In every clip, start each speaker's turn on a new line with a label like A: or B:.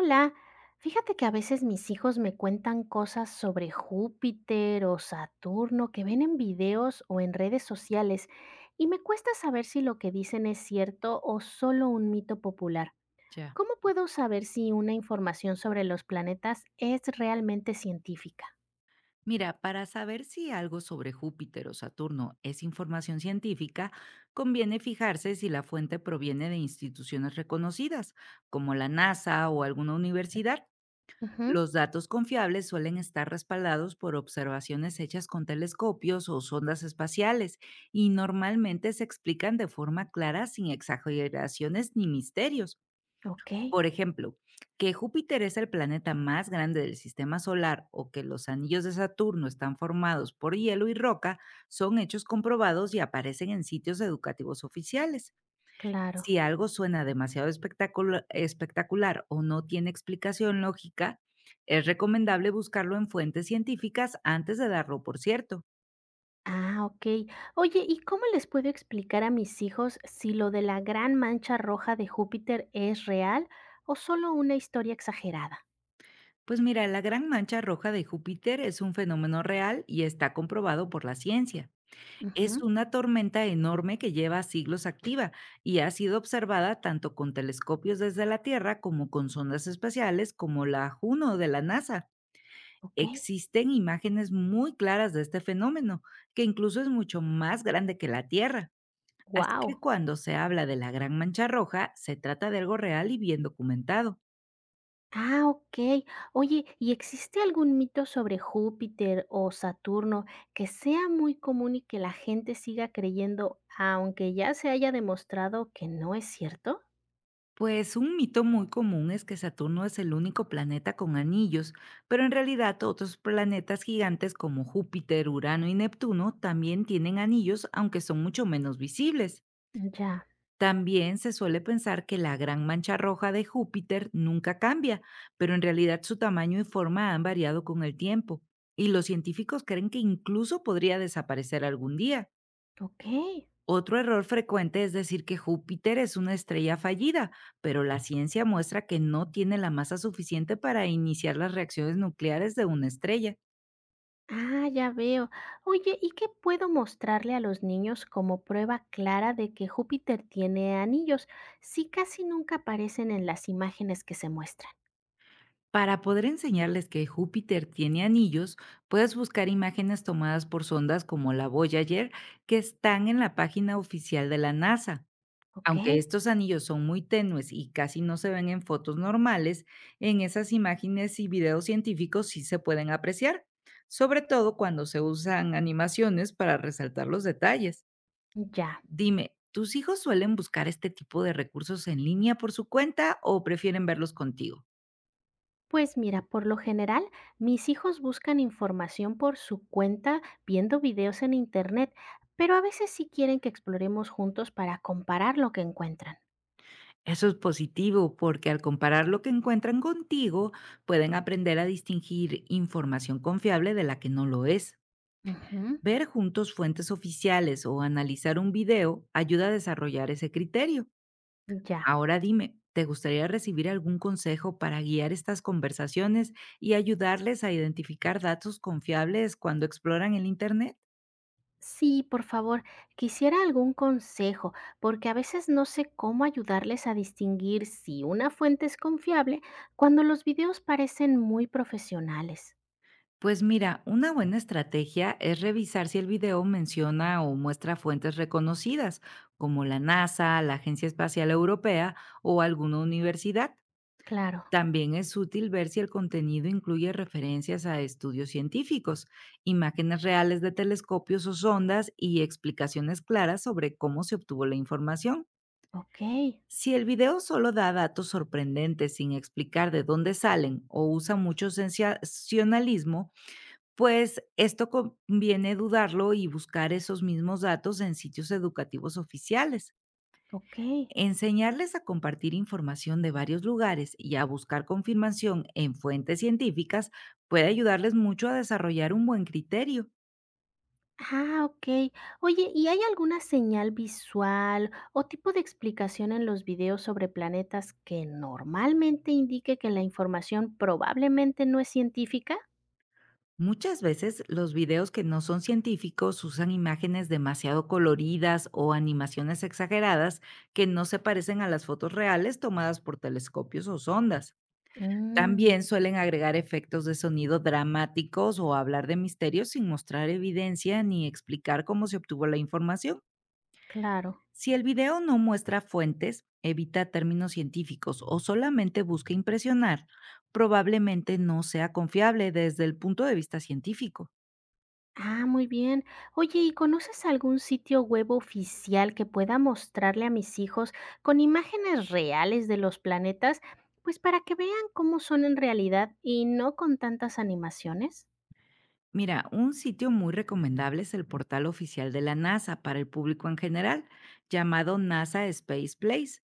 A: Hola, fíjate que a veces mis hijos me cuentan cosas sobre Júpiter o Saturno que ven en videos o en redes sociales y me cuesta saber si lo que dicen es cierto o solo un mito popular.
B: Ya.
A: ¿Cómo puedo saber si una información sobre los planetas es realmente científica?
B: Mira, para saber si algo sobre Júpiter o Saturno es información científica, conviene fijarse si la fuente proviene de instituciones reconocidas, como la NASA o alguna universidad.
A: Ujú.
B: Los datos confiables suelen estar respaldados por observaciones hechas con telescopios o sondas espaciales y normalmente se explican de forma clara sin exageraciones ni misterios.
A: Ok.
B: Por ejemplo, que Júpiter es el planeta más grande del sistema solar o que los anillos de Saturno están formados por hielo y roca son hechos comprobados y aparecen en sitios educativos oficiales.
A: Claro.
B: Si algo suena demasiado espectacular o no tiene explicación lógica, es recomendable buscarlo en fuentes científicas antes de darlo por cierto.
A: Ah, ok. Oye, ¿y cómo les puedo explicar a mis hijos si lo de la gran mancha roja de Júpiter es real o solo una historia exagerada?
B: Pues mira, la gran mancha roja de Júpiter es un fenómeno real y está comprobado por la ciencia. Es
A: Ujú.
B: una tormenta enorme que lleva siglos activa y ha sido observada tanto con telescopios desde la Tierra como con sondas espaciales como la Juno de la NASA.
A: Okey.
B: Existen imágenes muy claras de este fenómeno, que incluso es mucho más grande que la Tierra. Así que
A: Wow.
B: cuando se habla de la Gran Mancha Roja, se trata de algo real y bien documentado.
A: Ah, okey. Oye, ¿y existe algún mito sobre Júpiter o Saturno que sea muy común y que la gente siga creyendo, aunque ya se haya demostrado que no es cierto?
B: Pues un mito muy común es que Saturno es el único planeta con anillos, pero en realidad otros planetas gigantes como Júpiter, Urano y Neptuno también tienen anillos, aunque son mucho menos visibles.
A: Ya.
B: También se suele pensar que la gran mancha roja de Júpiter nunca cambia, pero en realidad su tamaño y forma han variado con el tiempo, y los científicos creen que incluso podría desaparecer algún día.
A: Okey.
B: Otro error frecuente es decir que Júpiter es una estrella fallida, pero la ciencia muestra que no tiene la masa suficiente para iniciar las reacciones nucleares de una estrella.
A: Ah, ya veo. Oye, ¿y qué puedo mostrarle a los niños como prueba clara de que Júpiter tiene anillos, si casi nunca aparecen en las imágenes que se muestran?
B: Para poder enseñarles que Júpiter tiene anillos, puedes buscar imágenes tomadas por sondas como la Voyager que están en la página oficial de la NASA. Aunque
A: Okey.
B: estos anillos son muy tenues y casi no se ven en fotos normales, en esas imágenes y videos científicos sí se pueden apreciar, sobre todo cuando se usan animaciones para resaltar los detalles.
A: Ya.
B: Dime, ¿tus hijos suelen buscar este tipo de recursos en línea por su cuenta o prefieren verlos contigo?
A: Pues mira, por lo general, mis hijos buscan información por su cuenta viendo videos en internet, pero a veces sí quieren que exploremos juntos para comparar lo que encuentran.
B: Eso es positivo porque al comparar lo que encuentran contigo, pueden aprender a distinguir información confiable de la que no lo es.
A: Ujú.
B: Ver juntos fuentes oficiales o analizar un video ayuda a desarrollar ese criterio.
A: Ya.
B: Ahora dime, ¿te gustaría recibir algún consejo para guiar estas conversaciones y ayudarles a identificar datos confiables cuando exploran el Internet?
A: Sí, por favor, quisiera algún consejo, porque a veces no sé cómo ayudarles a distinguir si una fuente es confiable cuando los videos parecen muy profesionales.
B: Pues mira, una buena estrategia es revisar si el video menciona o muestra fuentes reconocidas, como la NASA, la Agencia Espacial Europea o alguna universidad.
A: Claro.
B: También es útil ver si el contenido incluye referencias a estudios científicos, imágenes reales de telescopios o sondas y explicaciones claras sobre cómo se obtuvo la información.
A: Ok.
B: Si el video solo da datos sorprendentes sin explicar de dónde salen o usa mucho sensacionalismo, pues esto conviene dudarlo y buscar esos mismos datos en sitios educativos oficiales.
A: Ok.
B: Enseñarles a compartir información de varios lugares y a buscar confirmación en fuentes científicas puede ayudarles mucho a desarrollar un buen criterio.
A: Ah, okey. Oye, ¿y hay alguna señal visual o tipo de explicación en los videos sobre planetas que normalmente indique que la información probablemente no es científica?
B: Muchas veces los videos que no son científicos usan imágenes demasiado coloridas o animaciones exageradas que no se parecen a las fotos reales tomadas por telescopios o sondas.
A: Mm.
B: También suelen agregar efectos de sonido dramáticos o hablar de misterios sin mostrar evidencia ni explicar cómo se obtuvo la información.
A: Claro.
B: Si el video no muestra fuentes, evita términos científicos o solamente busca impresionar, probablemente no sea confiable desde el punto de vista científico.
A: Ah, muy bien. Oye, ¿y conoces algún sitio web oficial que pueda mostrarle a mis hijos con imágenes reales de los planetas, pues para que vean cómo son en realidad y no con tantas animaciones?
B: Mira, un sitio muy recomendable es el portal oficial de la NASA para el público en general, llamado NASA Space Place,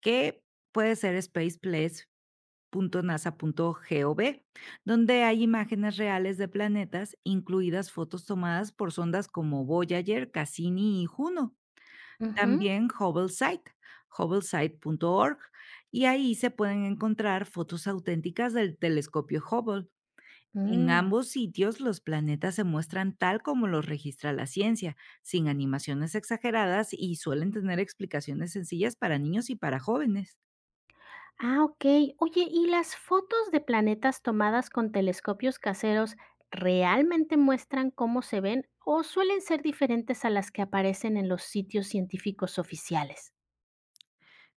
B: que puede ser spaceplace.nasa.gov, donde hay imágenes reales de planetas, incluidas fotos tomadas por sondas como Voyager, Cassini y Juno.
A: Ujú.
B: También Hubble Site, hubblesite.org, y ahí se pueden encontrar fotos auténticas del telescopio Hubble. En
A: Mm.
B: ambos sitios los planetas se muestran tal como los registra la ciencia, sin animaciones exageradas y suelen tener explicaciones sencillas para niños y para jóvenes.
A: Ah, ok. Oye, ¿y las fotos de planetas tomadas con telescopios caseros realmente muestran cómo se ven o suelen ser diferentes a las que aparecen en los sitios científicos oficiales?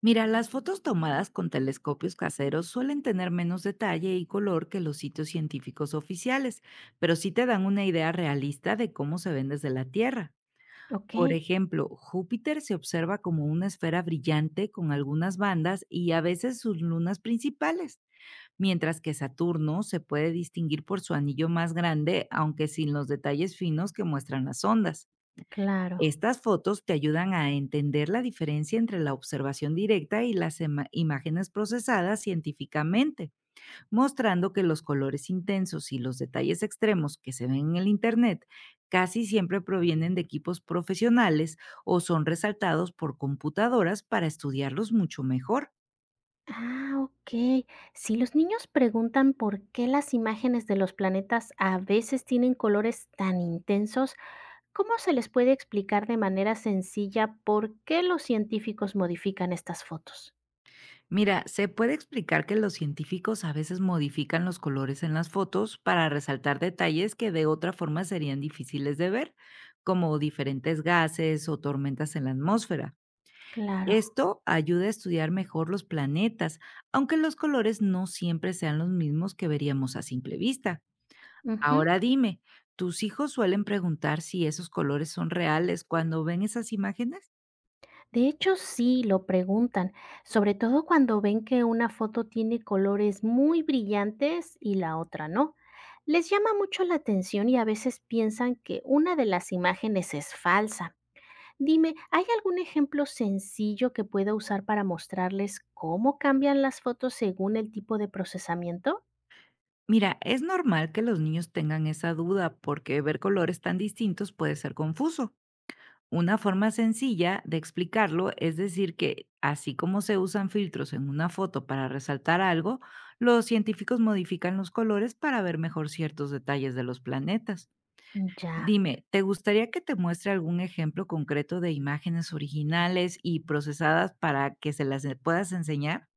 B: Mira, las fotos tomadas con telescopios caseros suelen tener menos detalle y color que los sitios científicos oficiales, pero sí te dan una idea realista de cómo se ven desde la Tierra.
A: Ok.
B: Por ejemplo, Júpiter se observa como una esfera brillante con algunas bandas y a veces sus lunas principales, mientras que Saturno se puede distinguir por su anillo más grande, aunque sin los detalles finos que muestran las ondas.
A: Claro.
B: Estas fotos te ayudan a entender la diferencia entre la observación directa y las imágenes procesadas científicamente, mostrando que los colores intensos y los detalles extremos que se ven en el Internet casi siempre provienen de equipos profesionales o son resaltados por computadoras para estudiarlos mucho mejor.
A: Ah, ok. Si los niños preguntan por qué las imágenes de los planetas a veces tienen colores tan intensos, ¿cómo se les puede explicar de manera sencilla por qué los científicos modifican estas fotos?
B: Mira, se puede explicar que los científicos a veces modifican los colores en las fotos para resaltar detalles que de otra forma serían difíciles de ver, como diferentes gases o tormentas en la atmósfera.
A: Claro.
B: Esto ayuda a estudiar mejor los planetas, aunque los colores no siempre sean los mismos que veríamos a simple vista.
A: Ujú.
B: Ahora dime, ¿tus hijos suelen preguntar si esos colores son reales cuando ven esas imágenes?
A: De hecho, sí, lo preguntan, sobre todo cuando ven que una foto tiene colores muy brillantes y la otra no. Les llama mucho la atención y a veces piensan que una de las imágenes es falsa. Dime, ¿hay algún ejemplo sencillo que pueda usar para mostrarles cómo cambian las fotos según el tipo de procesamiento?
B: Mira, es normal que los niños tengan esa duda porque ver colores tan distintos puede ser confuso. Una forma sencilla de explicarlo es decir que, así como se usan filtros en una foto para resaltar algo, los científicos modifican los colores para ver mejor ciertos detalles de los planetas.
A: Ya.
B: Dime, ¿te gustaría que te muestre algún ejemplo concreto de imágenes originales y procesadas para que se las puedas enseñar?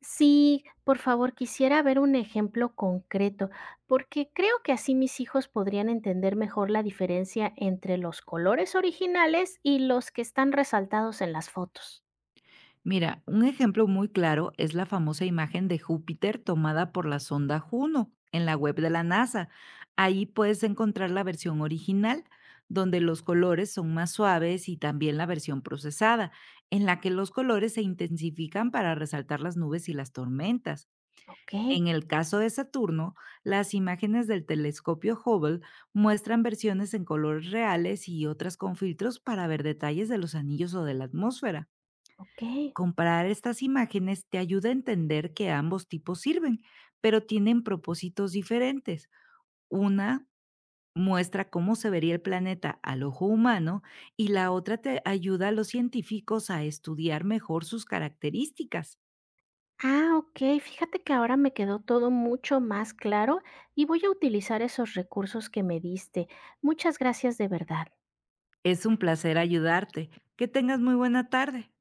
A: Sí, por favor, quisiera ver un ejemplo concreto, porque creo que así mis hijos podrían entender mejor la diferencia entre los colores originales y los que están resaltados en las fotos.
B: Mira, un ejemplo muy claro es la famosa imagen de Júpiter tomada por la sonda Juno en la web de la NASA. Ahí puedes encontrar la versión original, donde los colores son más suaves, y también la versión procesada, en la que los colores se intensifican para resaltar las nubes y las tormentas.
A: Ok.
B: En el caso de Saturno, las imágenes del telescopio Hubble muestran versiones en colores reales y otras con filtros para ver detalles de los anillos o de la atmósfera.
A: Ok.
B: Comparar estas imágenes te ayuda a entender que ambos tipos sirven, pero tienen propósitos diferentes. Una muestra cómo se vería el planeta al ojo humano y la otra te ayuda a los científicos a estudiar mejor sus características.
A: Ah, ok. Fíjate que ahora me quedó todo mucho más claro y voy a utilizar esos recursos que me diste. Muchas gracias de verdad.
B: Es un placer ayudarte. Que tengas muy buena tarde.